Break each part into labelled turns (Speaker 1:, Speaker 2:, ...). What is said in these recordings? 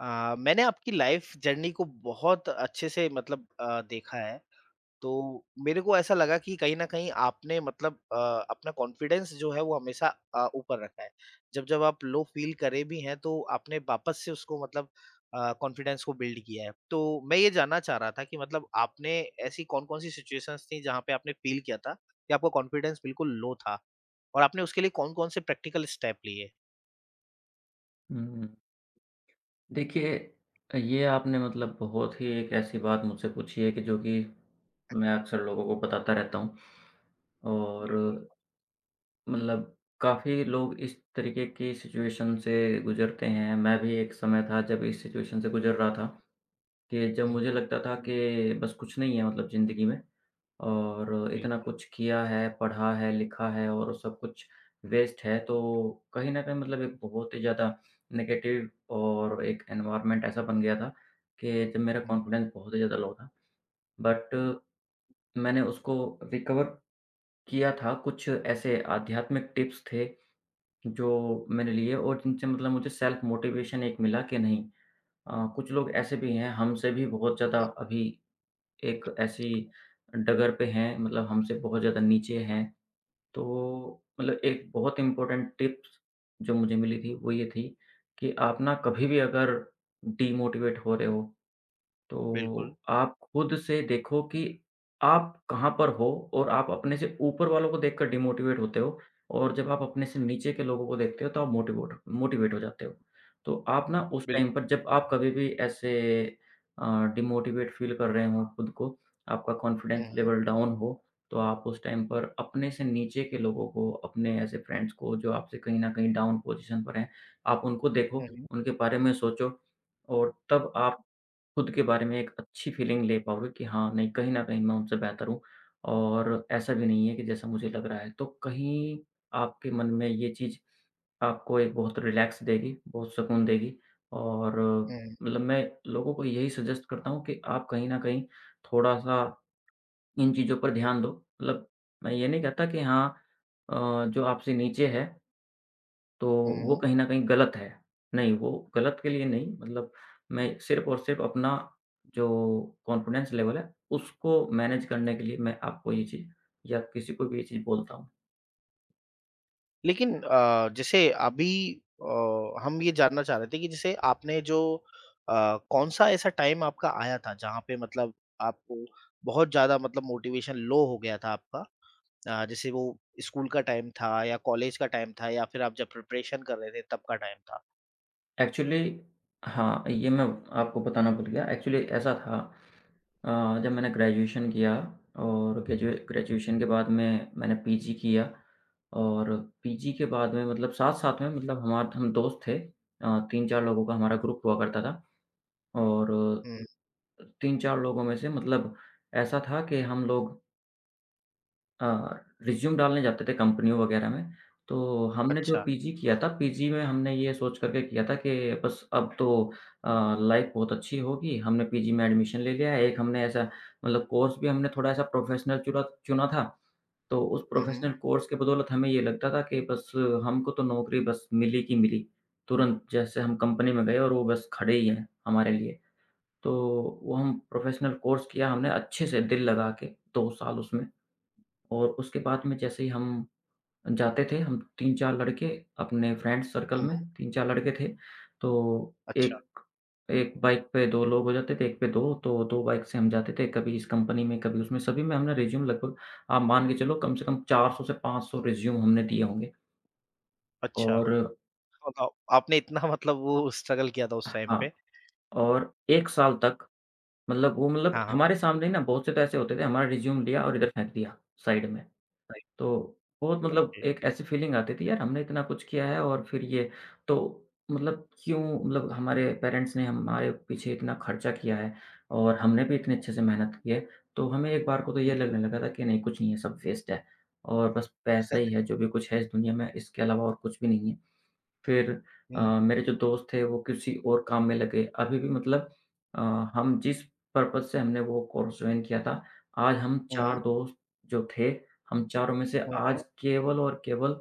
Speaker 1: मैंने आपकी life journey को बहुत अच्छे से मतलब देखा है। तो मेरे को ऐसा लगा कि कहीं न कहीं आपने मतलब अपना कॉन्फिडेंस जो है वो हमेशा ऊपर रखा है। जब-जब आप लो फ़ील करे भी हैं तो आपने वापस से उसको मतलब कॉन्फिडेंस को बिल्ड किया है। तो मैं ये जानना चाह रहा था कि मतलब आपने ऐसी कौन-कौन सी सिचुएशंस थी जहाँ पे आपने फ़ील किया था कि आपका कॉन्फिडेंस बिल्कुल लो था? और आपने उसके लिए कौन-कौन से प्रैक्टिकल स्टेप लिए?
Speaker 2: हुँ। देखिए, ये आपने मतलब बहुत ही एक ऐसी बात मुझसे पूछी है कि जो कि मैं अक्सर लोगों को बताता रहता हूँ और
Speaker 1: बिल्कुल।
Speaker 2: मतलब काफ़ी लोग इस तरीके की सिचुएशन से गुज़रते हैं। मैं भी एक समय था जब इस सिचुएशन से गुज़र रहा था। कि जब
Speaker 1: हुँ,
Speaker 2: मुझे
Speaker 1: हुँ।
Speaker 2: लगता था कि बस कुछ नहीं है मतलब ज़िंदगी में और इतना
Speaker 1: बिल्कुल।
Speaker 2: कुछ किया है, पढ़ा है, लिखा है और सब कुछ वेस्ट है, तो कहीं न कहीं मतलब एक बहुत ही ज़्यादा नेगेटिव और एक एनवायरनमेंट ऐसा बन गया था कि जब मेरा
Speaker 1: हुँ, हुँ।
Speaker 2: कॉन्फिडेंस बहुत ही ज़्यादा लो था। बट मैंने उसको रिकवर किया था, कुछ ऐसे आध्यात्मिक टिप्स थे जो मैंने लिए और जिनसे मतलब मुझे सेल्फ मोटिवेशन एक मिला कि नहीं, कुछ लोग ऐसे भी हैं हमसे भी बहुत ज़्यादा, अभी एक ऐसी डगर पे हैं मतलब हमसे बहुत ज़्यादा नीचे हैं। तो मतलब एक बहुत इम्पोर्टेंट टिप्स जो मुझे मिली थी वो ये थी कि आप ना कभी भी अगर डीमोटिवेट हो रहे हो
Speaker 1: बिल्कुल,
Speaker 2: तो आप खुद से देखो कि आप कहाँ पर हो, और आप अपने से ऊपर वालों को देखकर डिमोटिवेट होते हो और जब आप अपने से नीचे के लोगों को देखते हो तो आप मोटिवेट मोटिवेट हो जाते हो। तो आप ना उस टाइम
Speaker 1: बिल्कुल।
Speaker 2: पर, जब आप कभी भी ऐसे अ, डिमोटिवेट फील कर रहे हो खुद को, आपका कॉन्फिडेंस
Speaker 1: हुँ, हुँ।
Speaker 2: लेवल डाउन हो, तो आप उस टाइम पर अपने से नीचे के लोगों को, अपने ऐसे फ्रेंड्स को जो आपसे कहीं न कहीं डाउन पोज़ीशन पर हैं, आप उनको
Speaker 1: हुँ,
Speaker 2: देखो,
Speaker 1: जी।
Speaker 2: उनके बारे में सोचो, और तब आप खुद के बारे में एक अच्छी फीलिंग ले पाओगे कि हाँ, नहीं, कहीं न कहीं मैं उनसे बेहतर हूँ और ऐसा भी नहीं है कि जैसा मुझे लग रहा है। तो कहीं आपके मन में ये चीज़ आपको एक बहुत रिलैक्स देगी, बहुत सुकून देगी, और
Speaker 1: हुँ।
Speaker 2: मतलब मैं लोगों को यही सजेस्ट करता हूँ कि आप कहीं न कहीं थोड़ा-सा इन चीज़ों पर ध्यान दो। मतलब मैं ये नहीं कहता कि हाँ, अ, जो आपसे नीचे है तो
Speaker 1: हुँ, हुँ, हुँ,
Speaker 2: वो
Speaker 1: हुँ।
Speaker 2: कहीं न कहीं गलत है। नहीं, वो गलत के लिए नहीं, मतलब मैं सिर्फ़ और सिर्फ़ अपना जो कॉन्फिडेंस लेवल है, उसको मैनेज करने के लिए मैं आपको ये चीज़ या किसी को भी ये चीज़ बोलता हूँ।
Speaker 1: लेकिन जैसे अभी हम ये जानना चाह रहे थे कि जैसे आपने जो कौन-सा ऐसा टाइम आपका आया था जहाँ पे मतलब आपको बहुत ज़्यादा मतलब मोटिवेशन लो हो गया था आपका? जैसे वो स्कूल का टाइम था या कॉलेज का टाइम था या फिर आप जब प्रिपरेशन कर रहे थे तब का टाइम था?
Speaker 2: एक्चुअली हाँ, ये मैं आपको बताना भूल गया। एक्चुअली ऐसा था, अ, जब मैंने ग्रेजुएशन किया और ग्रेजुएशन के बाद में मैंने पीजी किया, और पीजी के बाद में मतलब साथ-साथ में मतलब हमार हम दोस्त थे, 3-4 लोगों का हमारा ग्रुप हुआ करता था। और
Speaker 1: हुँ,
Speaker 2: 3-4 लोगों में से मतलब ऐसा था कि हम लोग अ, रिज़्यूम डालने जाते थे कंपनियों वग़ैरह में, तो हमने जो
Speaker 1: अच्छा।
Speaker 2: पीजी किया था, पीजी में हमने ये सोच कर के किया था कि बस अब तो लाइफ़ बहुत अच्छी होगी, हमने पीजी में एडमिशन ले लिया है। एक हमने ऐसा मतलब कोर्स भी हमने थोड़ा ऐसा प्रोफ़ेशनल चुरा चुना था, तो उस
Speaker 1: हुँ, हुँ,
Speaker 2: प्रोफ़ेशनल कोर्स के बदौलत हमें ये लगता था कि बस हमको तो नौकरी बस मिली की मिली, तुरंत जैसे हम कंपनी में गए और वो बस खड़े ही हैं हमारे लिए। तो वो हम प्रोफ़ेशनल कोर्स किया हमने अच्छे से दिल लगा के 2 साल उसमें, और उसके बाद में जैसे ही हम जाते थे, हम 3-4 लड़के अपने फ्रेंड सर्कल
Speaker 1: हुँ, हुँ।
Speaker 2: में 3-4 लड़के थे, तो
Speaker 1: अच्छा,
Speaker 2: एक एक बाइक पे 2 लोग हो जाते थे, 1 पे 2, तो 2 बाइक से हम जाते थे, कभी इस कंपनी में, कभी उसमें, सभी में हमने रिज़्यूम लगभग, आप मान के चलो कम से कम 400 से 500 रिज़्यूम हमने दिए होंगे।
Speaker 1: अच्छा।
Speaker 2: और
Speaker 1: बताओ आपने इतना मतलब वो स्ट्रगल किया था उस टाइम
Speaker 2: हाँ,
Speaker 1: पे?
Speaker 2: और 1 साल तक मतलब वो मतलब
Speaker 1: हाँ, हाँ।
Speaker 2: हमारे सामने ही ना बहुत से तो ऐसे होते थे, हमारा रिज़्यूम लिया और इधर फेंक दिया साइड में।
Speaker 1: राइट,
Speaker 2: तो बहुत मतलब
Speaker 1: ओके।
Speaker 2: एक ऐसी फ़ीलिंग आती थी, यार हमने इतना कुछ किया है और फिर ये, तो मतलब क्यों, मतलब हमारे पेरेंट्स ने हमारे पीछे इतना खर्चा किया है और हमने भी इतने अच्छे से मेहनत की है। तो हमें एक बार को तो
Speaker 1: हुँ,
Speaker 2: ये लगने लगा था कि नहीं, कुछ नहीं है, सब वेस्ट है और बस पैसा ही है जो भी कुछ है इस दुनिया में, इसके अलावा और कुछ भी नहीं है। फिर
Speaker 1: हुँ,
Speaker 2: मेरे जो दोस्त थे वो किसी और काम में लगे। अभी भी मतलब अ, हम जिस पर्पज़ से हमने वो कोर्स जॉइन किया था, आज हम 4
Speaker 1: हुँ,
Speaker 2: दोस्त जो थे, हम चारों में से
Speaker 1: हुँ, हुँ।
Speaker 2: आज केवल और केवल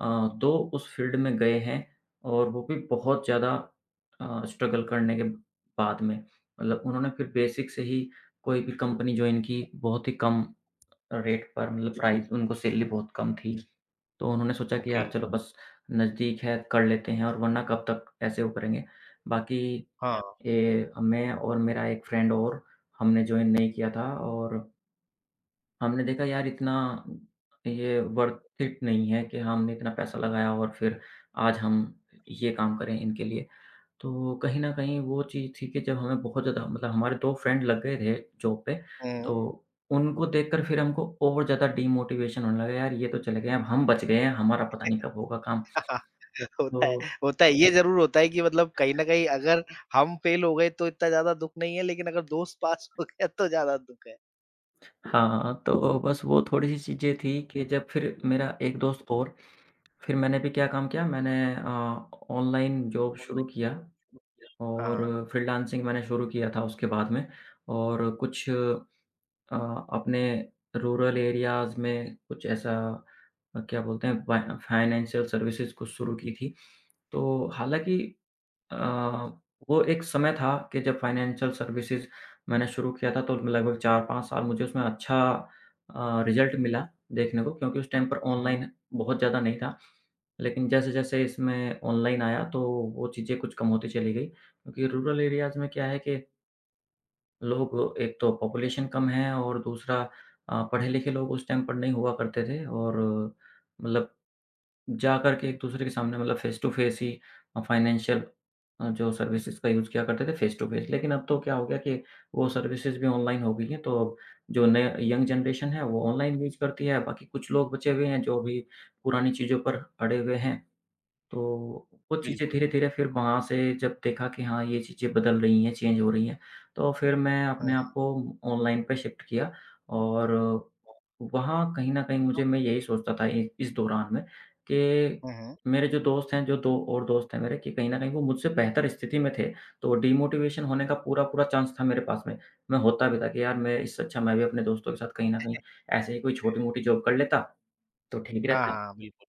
Speaker 2: अ, 2 उस फ़ील्ड में गए हैं, और वो भी बहुत ज़्यादा स्ट्रगल करने के बाद में। मतलब उन्होंने फिर बेसिक से ही कोई भी कंपनी जॉइन की, बहुत ही कम रेट पर मतलब प्राइस, उनको सैलरी बहुत कम थी। तो उन्होंने सोचा कि
Speaker 1: ओके,
Speaker 2: यार चलो बस नज़दीक है, कर लेते हैं, और वरना कब तक ऐसे वो करेंगे। बाकी
Speaker 1: हाँ,
Speaker 2: मैं और मेरा एक फ्रेंड, और हमने जॉइन नहीं किया था, और हमने देखा यार इतना ये वर्थ इट नहीं है कि हमने इतना पैसा लगाया और फिर आज हम ये काम करें इनके लिए। तो कहीं न कहीं वो चीज़ थी कि जब हमें बहुत ज़्यादा मतलब हमारे 2 फ्रेंड लग गए थे जॉब पे,
Speaker 1: हुँ।
Speaker 2: तो उनको देखकर फिर हमको और ज़्यादा डीमोटिवेशन होने लगा, यार ये तो चले गए, अब हम बच गए हैं, हमारा पता नहीं कब होगा काम।
Speaker 1: तो होता है,
Speaker 2: तो
Speaker 1: होता है, ये ज़रूर होता है कि मतलब कहीं न कहीं अगर हम फेल हो गए तो इतना ज़्यादा दुःख नहीं है, लेकिन अगर दोस्त पास हो गया तो ज़्यादा दुःख है।
Speaker 2: हाँ, तो बस वो थोड़ी-सी चीज़ें थी कि जब फिर मेरा एक दोस्त और फिर मैंने भी क्या काम किया, मैंने ऑनलाइन जॉब
Speaker 1: बोलना
Speaker 2: शुरू
Speaker 1: ही
Speaker 2: किया,
Speaker 1: शुरू किया। हाँ।
Speaker 2: और फ्रीलांसिंग मैंने शुरू किया था उसके बाद में, और कुछ अ, अपने रूरल एरियाज़ में कुछ ऐसा क्या बोलते हैं, फ़ाइनेंशियल सर्विसेज़ कुछ शुरू की थी। तो हालाँकि अ, वो एक समय था कि जब फ़ाइनेंशियल सर्विसेज़ मैंने शुरू किया था, तो लगभग 4-5 साल मुझे उसमें अच्छा रिज़ल्ट मिला देखने को, क्योंकि उस टाइम पर
Speaker 1: हुँ, हुँ।
Speaker 2: ऑनलाइन बहुत ज़्यादा नहीं था। लेकिन जैसे-जैसे इसमें ऑनलाइन आया, तो वो चीज़ें कुछ कम होती चली गई। क्योंकि रूरल एरियाज़ में क्या है कि लोग एक तो पॉपुलेशन कम है, और दूसरा पढ़े-लिखे लोग उस टाइम पर नहीं हुआ करते थे, और मतलब जा कर के एक-दूसरे के सामने मतलब फ़ेस टू फ़ेस ही फ़ाइनेंशियल जो सर्विसेज़ का यूज़ किया करते थे, फ़ेस टू फ़ेस। लेकिन अब तो क्या हो गया कि वो सर्विसेज़ भी ऑनलाइन हो गई हैं, तो अब जो नए यंग जनरेशन है वो ऑनलाइन यूज़ करती है, बाकी कुछ लोग बचे हुए हैं जो अभी पुरानी चीज़ों पर अड़े हुए हैं। तो वो चीज़ें
Speaker 1: बिल्कुल।
Speaker 2: धीरे-धीरे, फिर वहाँ से जब देखा कि हाँ, ये चीज़ें बदल रही हैं, चेंज हो रही हैं, तो फिर मैं
Speaker 1: हुँ,
Speaker 2: अपने आप
Speaker 1: हुँ।
Speaker 2: को ऑनलाइन पे शिफ्ट किया। और
Speaker 1: हाँ।
Speaker 2: वहाँ कहीं न कहीं मुझे, मैं यही सोचता था इ इस दौरान में कि
Speaker 1: हुँ, हुँ।
Speaker 2: मेरे जो दोस्त हैं, जो 2 और दोस्त हैं मेरे, कि कहीं न कहीं वो मुझसे बेहतर स्थिति में थे, तो डिमोटिवेशन होने का पूरा-पूरा चांस था मेरे पास में। मैं होता भी था कि यार मैं इससे अच्छा मैं भी अपने दोस्तों के साथ कहीं न कहीं ऐसे ही कोई छोटी-मोटी जॉब कर लेता, तो ठीक
Speaker 1: हाँ,
Speaker 2: रहता।
Speaker 1: हाँ। बिल्कुल।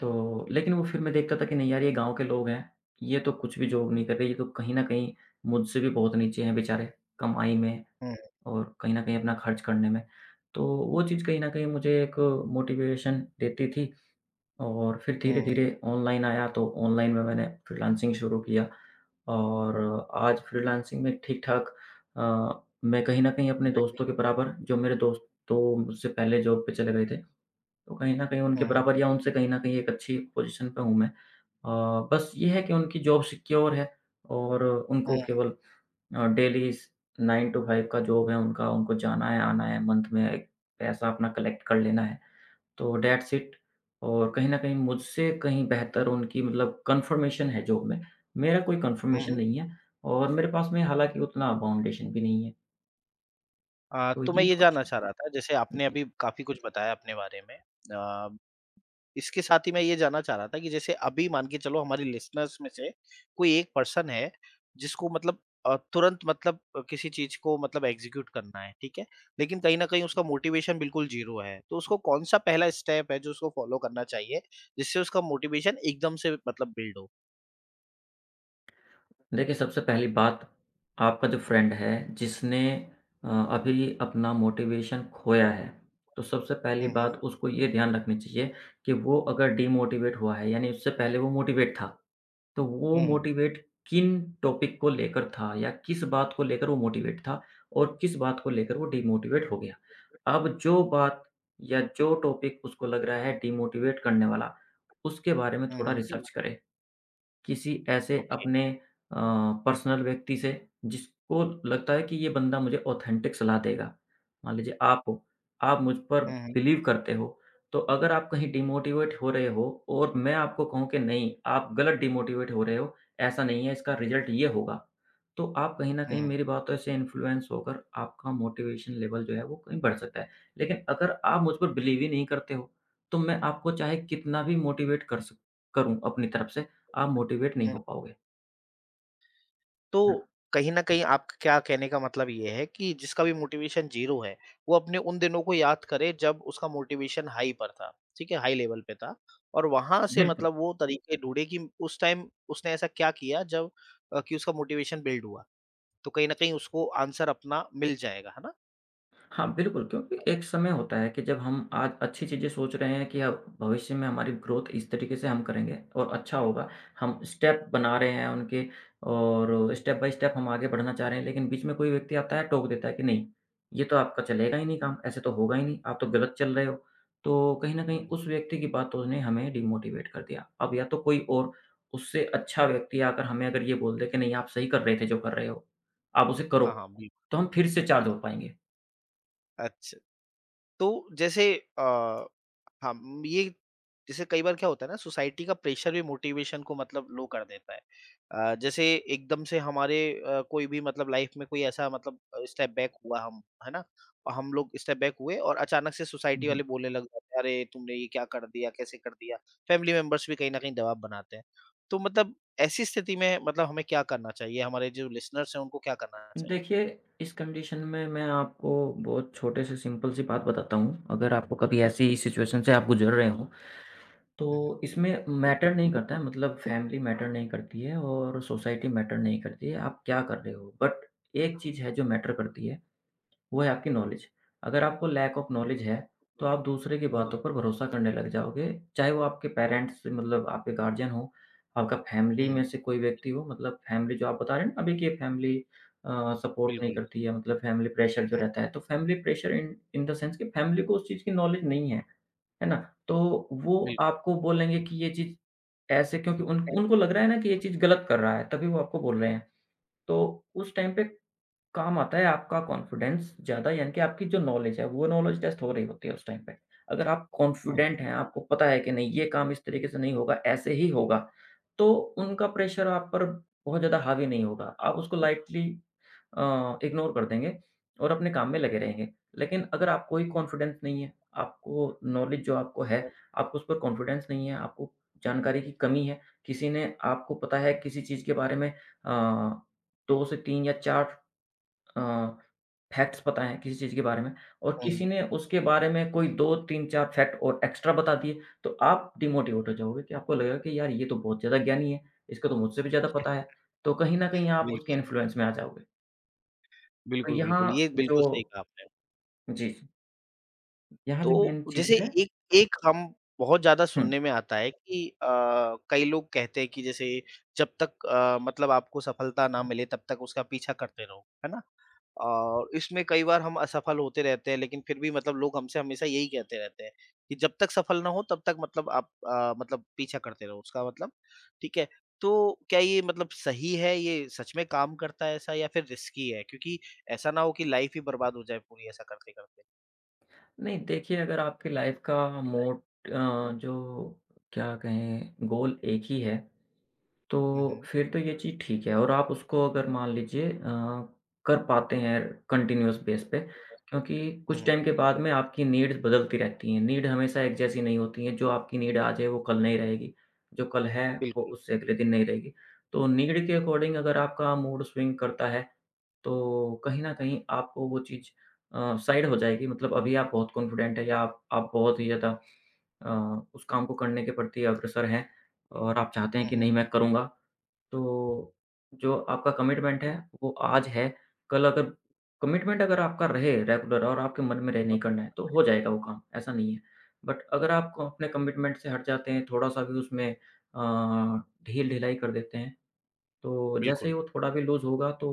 Speaker 2: तो लेकिन वो फिर मैं देखता था कि नहीं यार, ये गाँव के लोग हैं, ये तो कुछ भी जॉब नहीं कर रहे, ये तो कहीं न कहीं मुझसे भी बहुत नीचे हैं बेचारे, कमाई में
Speaker 1: हुँ,
Speaker 2: और कहीं न कहीं अपना खर्च करने में। तो वो चीज़ कहीं न कहीं मुझे एक मोटिवेशन देती थी, और फिर
Speaker 1: हुँ, हुँ।
Speaker 2: धीरे-धीरे ऑनलाइन आया तो ऑनलाइन में मैंने फ्रीलांसिंग शुरू किया, और आज फ्रीलांसिंग में ठीक-ठाक, मैं कहीं न कहीं अपने
Speaker 1: मैं कहीं
Speaker 2: दोस्तों के बराबर, जो मेरे दोस्त तो मुझसे पहले जॉब पे चले गए थे, तो कहीं न कहीं
Speaker 1: न
Speaker 2: उनके
Speaker 1: हुँ,
Speaker 2: बराबर या उनसे कहीं न कहीं एक अच्छी पोज़ीशन पे हूँ मैं। बस ये है कि उनकी जॉब सिक्योर है और उनको
Speaker 1: कहीं हुँ, हुँ,
Speaker 2: केवल डेली स 9 टू 5 का जॉब है उनका, उनको जाना है, आना है, मंथ में एक पैसा अपना कलेक्ट कर लेना है। तो दैट्स इट, और कहीं न कहीं मुझसे कहीं बेहतर उनकी मतलब कन्फ़र्मेशन है जॉब में, मेरा कोई
Speaker 1: हुँ, हुँ।
Speaker 2: कन्फ़र्मेशन
Speaker 1: हुँ।
Speaker 2: नहीं है, और मेरे पास में हालाँकि उतना फाउंडेशन भी नहीं है। तो
Speaker 1: तो मैं
Speaker 2: ये
Speaker 1: ये
Speaker 2: कुछ।
Speaker 1: जानना
Speaker 2: जी।
Speaker 1: चाह रहा था जैसे आपने अभी काफ़ी कुछ बताया अपने बारे में। अ इसके साथ ही मैं ये जानना चाह रहा था कि जैसे अभी मान के चलो हमारी लिसनर्स में से कोई एक पर्सन है जिसको मतलब तुरंत मतलब किसी चीज को मतलब एग्जीक्यूट करना है, ठीक है, लेकिन कहीं ना कहीं उसका मोटिवेशन बिल्कुल जीरो है, तो उसको कौन सा पहला स्टेप है जो उसको फॉलो करना चाहिए जिससे उसका मोटिवेशन एकदम से मतलब बिल्ड हो।
Speaker 2: देखिए, सबसे पहली बात, आपका जो फ्रेंड है जिसने अ, अभी अपना मोटिवेशन खोया है, तो सबसे पहली
Speaker 1: हम्म, हम्म।
Speaker 2: बात उसको ये ध्यान रखनी चाहिए कि वो अगर डिमोटिवेट हुआ है, यानी उससे पहले वो मोटिवेट था, तो वो
Speaker 1: हम्म,
Speaker 2: मोटिवेट किन टॉपिक को लेकर था, या किस बात को लेकर वो मोटिवेट था और किस बात को लेकर वो डिमोटिवेट हो गया। अब जो बात या जो टॉपिक उसको लग रहा है डिमोटिवेट करने वाला, उसके बारे में
Speaker 1: हम्म।
Speaker 2: थोड़ा
Speaker 1: हम्म। उसके
Speaker 2: रिसर्च
Speaker 1: बाद
Speaker 2: करें। किसी ऐसे
Speaker 1: ओके।
Speaker 2: अपने अ, पर्सनल व्यक्ति से, जिसको लगता है कि ये बंदा मुझे ऑथेंटिक सलाह देगा। मान लीजिए आप हो, आप मुझ पर
Speaker 1: हम्म, हम्म, okay।
Speaker 2: बिलीव करते हो, तो अगर आप कहीं डिमोटिवेट हो रहे हो और मैं आपको कहूँ कि नहीं, आप गलत डिमोटिवेट हो रहे हो, ऐसा नहीं है, इसका रिज़ल्ट ये होगा। तो आप कहीं न कहीं
Speaker 1: हम्म।
Speaker 2: मेरी बातों से इन्फ्लुएंस होकर आपका मोटिवेशन लेवल जो है वो कहीं बढ़ सकता है। लेकिन अगर आप मुझ पर बिलीव ही नहीं करते हो, तो मैं आपको चाहे कितना भी मोटिवेट कर सक करूँ अपनी तरफ से
Speaker 1: अपनी
Speaker 2: आप
Speaker 1: तरफ
Speaker 2: मोटिवेट नहीं
Speaker 1: से।
Speaker 2: हो पाओगे।
Speaker 1: तो कहीं न कहीं आपका क्या कहने का मतलब ये है कि जिसका भी मोटिवेशन 0 है, वो अपने उन दिनों को याद करे जब उसका मोटिवेशन हाई पर था, ठीक है? हाई लेवल पे था और वहाँ से
Speaker 2: बिल्कुल।
Speaker 1: मतलब वो तरीके ढूँढे कि उस टाइम उसने ऐसा क्या किया जब कि उसका मोटिवेशन बिल्ड हुआ। तो कहीं न कहीं उसको आंसर अपना मिल जाएगा, है ना?
Speaker 2: हाँ, बिल्कुल, क्योंकि एक समय होता है कि जब हम आज अच्छी चीज़ें सोच रहे हैं कि अब भविष्य में हमारी ग्रोथ इस तरीके से हम करेंगे और अच्छा होगा। हम स्टेप बना रहे हैं उनके और स्टेप बाय स्टेप हम आगे बढ़ना चाह रहे हैं, लेकिन बीच में कोई व्यक्ति आता है, टोक देता है कि नहीं, ये तो आपका चलेगा ही नहीं काम, ऐसे तो होगा ही नहीं, आप तो गलत चल रहे हो। तो कहीं न
Speaker 1: हुँ,
Speaker 2: कहीं उस व्यक्ति की बातों ने हमें डिमोटिवेट कर दिया। अब या तो कोई और उससे अच्छा व्यक्ति आकर हमें अगर ये बोल दे कि नहीं, आप सही कर रहे थे जो कर रहे हो, आप उसे करो,
Speaker 1: हाँ, हाँ, बिल्कुल।
Speaker 2: तो हम फिर से चार्ज हो पाएँगे।
Speaker 1: अच्छा। तो जैसे अ, हम ये जैसे कई बार क्या होता है ना, सोसाइटी का प्रेशर भी मोटिवेशन को मतलब लो कर देता है। जैसे एकदम से हमारे कोई भी मतलब लाइफ में कोई ऐसा मतलब स्टेप बैक हुआ हम, है ना? और हम लोग स्टेप बैक हुए और अचानक से सोसाइटी वाले बोलने लग जाते हैं, "अरे! तुमने ये क्या कर दिया? कैसे कर दिया?" फैमिली मेंबर्स भी कहीं न कहीं दबाव बनाते हैं। तो मतलब ऐसी स्थिति में मतलब हमें क्या करना चाहिए? हमारे जो लिसनर्स हैं उनको क्या करना चाहिए?
Speaker 2: देखिए, इस कंडीशन में मैं आपको बहुत छोटे से सिंपल सी बात बताता हूँ। अगर आपको कभी ऐसी सिचुएशन से आप गुज़र रहे हो,
Speaker 1: हुँ, हुँ।
Speaker 2: तो इसमें मैटर नहीं करता है मतलब फैमिली मैटर नहीं करती है और सोसाइटी मैटर नहीं करती है, आप क्या कर रहे हो। बट एक चीज़ है जो मैटर करती है वो है आपकी नॉलेज। अगर आपको लैक ऑफ नॉलेज है, तो आप दूसरे की
Speaker 1: हुँ,
Speaker 2: बातों पर भरोसा करने लग जाओगे, चाहे वो आपके पेरेंट्स मतलब आपके गार्डियन हों, आपका फैमिली
Speaker 1: हुँ।
Speaker 2: में से कोई व्यक्ति हो, मतलब फैमिली जो आप बता रहे हैं ना अभी कि फैमिली सपोर्ट नहीं
Speaker 1: बिल्कुल, बिल्कुल।
Speaker 2: करती है, मतलब फैमिली प्रेशर जो रहता है, तो family pressure in in the sense कि फैमिली को उस चीज़ की नॉलेज नहीं है, है ना? तो वो आपको बोलेंगे कि ये चीज़ ऐसे क्योंकि उन
Speaker 1: हुँ,
Speaker 2: उनको लग रहा है ना कि ये चीज़ गलत कर रहा है, तभी वो आपको बोल रहे हैं। तो उस टाइम पे काम आता है आपका कॉन्फिडेंस ज़्यादा यानी कि आपकी जो नॉलेज है, वो नॉलेज टेस्ट हो रही होती है उस टाइम पे। अगर आप
Speaker 1: हुँ।
Speaker 2: कॉन्फिडेंट हैं, आपको पता है कि नहीं ये काम इस तरीके से नहीं होगा, ऐसे ही होगा, तो उनका प्रेशर आप पर बहुत ज़्यादा हावी नहीं होगा। आप उसको लाइटली इग्नोर कर देंगे और अपने काम में लगे रहेंगे। लेकिन अगर आपको ही कॉन्फिडेंस नहीं है, आपको नॉलेज जो आपको है, आपको उस पर कॉन्फिडेंस नहीं है, आपको जानकारी की कमी है, किसी ने आपको पता है किसी चीज़ के बारे में अ, 2 से 3 या 4 अ, फैक्ट्स पता हैं किसी चीज़ के बारे में और
Speaker 1: हुँ,
Speaker 2: किसी
Speaker 1: हुँ।
Speaker 2: ने उसके बारे में कोई 2-3-4 फैक्ट और एक्स्ट्रा बता दिए, तो आप डिमोटिवेट हो जाओगे कि आपको लगेगा कि यार ये तो बहुत ज़्यादा ज्ञानी है, इसको तो मुझसे भी ज़्यादा पता है। तो कहीं न कहीं आप उसके
Speaker 1: बिल्क
Speaker 2: इन्फ्लुएंस में आ जाओगे। तो
Speaker 1: बिल्कुल, बिल्कुल।
Speaker 2: यहाँ
Speaker 1: बिल्कुल, बिल्कुल। ये
Speaker 2: जो
Speaker 1: बिल्कुल सही कहा आपने।
Speaker 2: जी, यहाँ
Speaker 1: तो
Speaker 2: जो मेन चीज़
Speaker 1: जैसे
Speaker 2: है
Speaker 1: एक एक हम बहुत ज़्यादा
Speaker 2: हुँ।
Speaker 1: सुनने में आता है कि कई लोग कहते हैं कि जैसे जब तक मतलब आपको सफलता ना मिले तब तक उसका पीछा करते रहो, है ना? और इसमें कई बार हम असफल होते रहते हैं लेकिन फिर भी मतलब लोग हमसे हमेशा यही कहते रहते हैं कि जब तक सफल ना हो तब तक मतलब आप मतलब पीछा करते रहो उसका मतलब, ठीक है? तो क्या ये मतलब सही है, ये सच में काम करता है ऐसा या फिर रिस्की है? क्योंकि ऐसा ना हो कि लाइफ़ ही बर्बाद हो जाए पूरी ऐसा करते-करते।
Speaker 2: नहीं देखिए, अगर आपकी लाइफ़ का जो क्या कहें गोल एक ही है,
Speaker 1: हुँ,
Speaker 2: तो
Speaker 1: हुँ।
Speaker 2: फिर तो ये चीज़ ठीक है और आप उसको अगर मान लीजिए कर पाते हैं कंटिन्यूअस बेस पे क्योंकि
Speaker 1: हुँ,
Speaker 2: कुछ
Speaker 1: हुँ।
Speaker 2: टाइम के बाद में आपकी नीड्स बदलती रहती हैं। नीड हमेशा एक जैसी नहीं होती है, जो आपकी नीड आज है वो कल नहीं रहेगी, जो कल है वो
Speaker 1: बिल्कुल।
Speaker 2: उससे अगले दिन नहीं रहेगी। तो नीड के अकॉर्डिंग अगर आपका मूड स्विंग करता है, तो कहीं न कहीं आपको वो चीज़ साइड हो जाएगी मतलब अभी आप बहुत कॉन्फिडेंट हैं या आप बहुत ही ज़्यादा अ, उस काम को करने के प्रति अग्रसर हैं और आप चाहते हैं
Speaker 1: हुँ,
Speaker 2: कि नहीं
Speaker 1: हुँ।
Speaker 2: मैं करूँगा। तो जो आपका कमिटमेंट है वो आज है, कल अगर कमिटमेंट अगर आपका रहे रेगुलर और आपके मन में रहे नहीं करना है तो हो जाएगा वो काम, ऐसा नहीं है। बट अगर अपने कमिटमेंट से हट जाते हैं, थोड़ा-सा भी उसमें अ, ढील-ढिलाई कर देते हैं, तो जैसे ही
Speaker 1: बिल्कुल,
Speaker 2: वो थोड़ा भी लूज़ होगा तो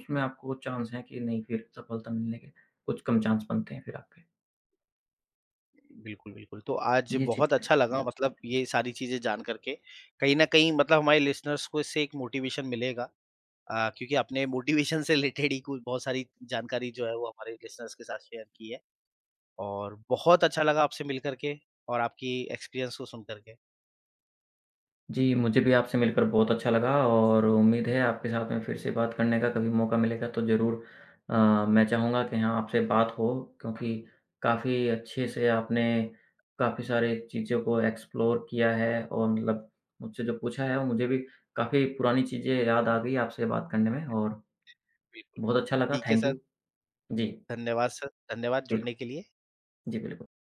Speaker 2: उसमें आपको चांस हैं कि नहीं फिर सफलता मिलने के कुछ कम चांस बनते हैं फिर आपके।
Speaker 1: बिल्कुल, बिल्कुल। तो आज
Speaker 2: ये
Speaker 1: बहुत
Speaker 2: चीज़ है।
Speaker 1: अच्छा लगा, हुँ। मतलब ये सारी चीज़ें जान कर के। कहीं न कहीं मतलब हमारे लिसनर्स को इससे एक मोटिवेशन मिलेगा, क्योंकि आपने मोटिवेशन से रिलेटेड ही कुछ बहुत सारी जानकारी जो है वो हमारे लिसनर्स के साथ शेयर की है और बहुत अच्छा लगा आपसे मिल कर के और आपकी एक्सपीरियंस को सुन कर के।
Speaker 2: जी, मुझे भी आपसे मिलकर बहुत अच्छा लगा और उम्मीद है आपके साथ में फिर से बात करने का कभी मौका मिलेगा तो ज़रूर मैं चाहूँगा कि हाँ, आपसे बात हो क्योंकि काफ़ी अच्छे से आपने काफ़ी सारी चीज़ों को एक्सप्लोर किया है और मतलब मुझसे जो पूछा है, वो मुझे भी काफ़ी पुरानी चीज़ें याद आ गई आपसे बात करने में और
Speaker 1: बिल्कुल।
Speaker 2: बहुत अच्छा लगा।
Speaker 1: ठीक है
Speaker 2: थैंक यू। Ji,
Speaker 1: sir. धन्यवाद जुड़ने
Speaker 2: बिल्कुल।
Speaker 1: के लिए।
Speaker 2: जी, बिल्कुल।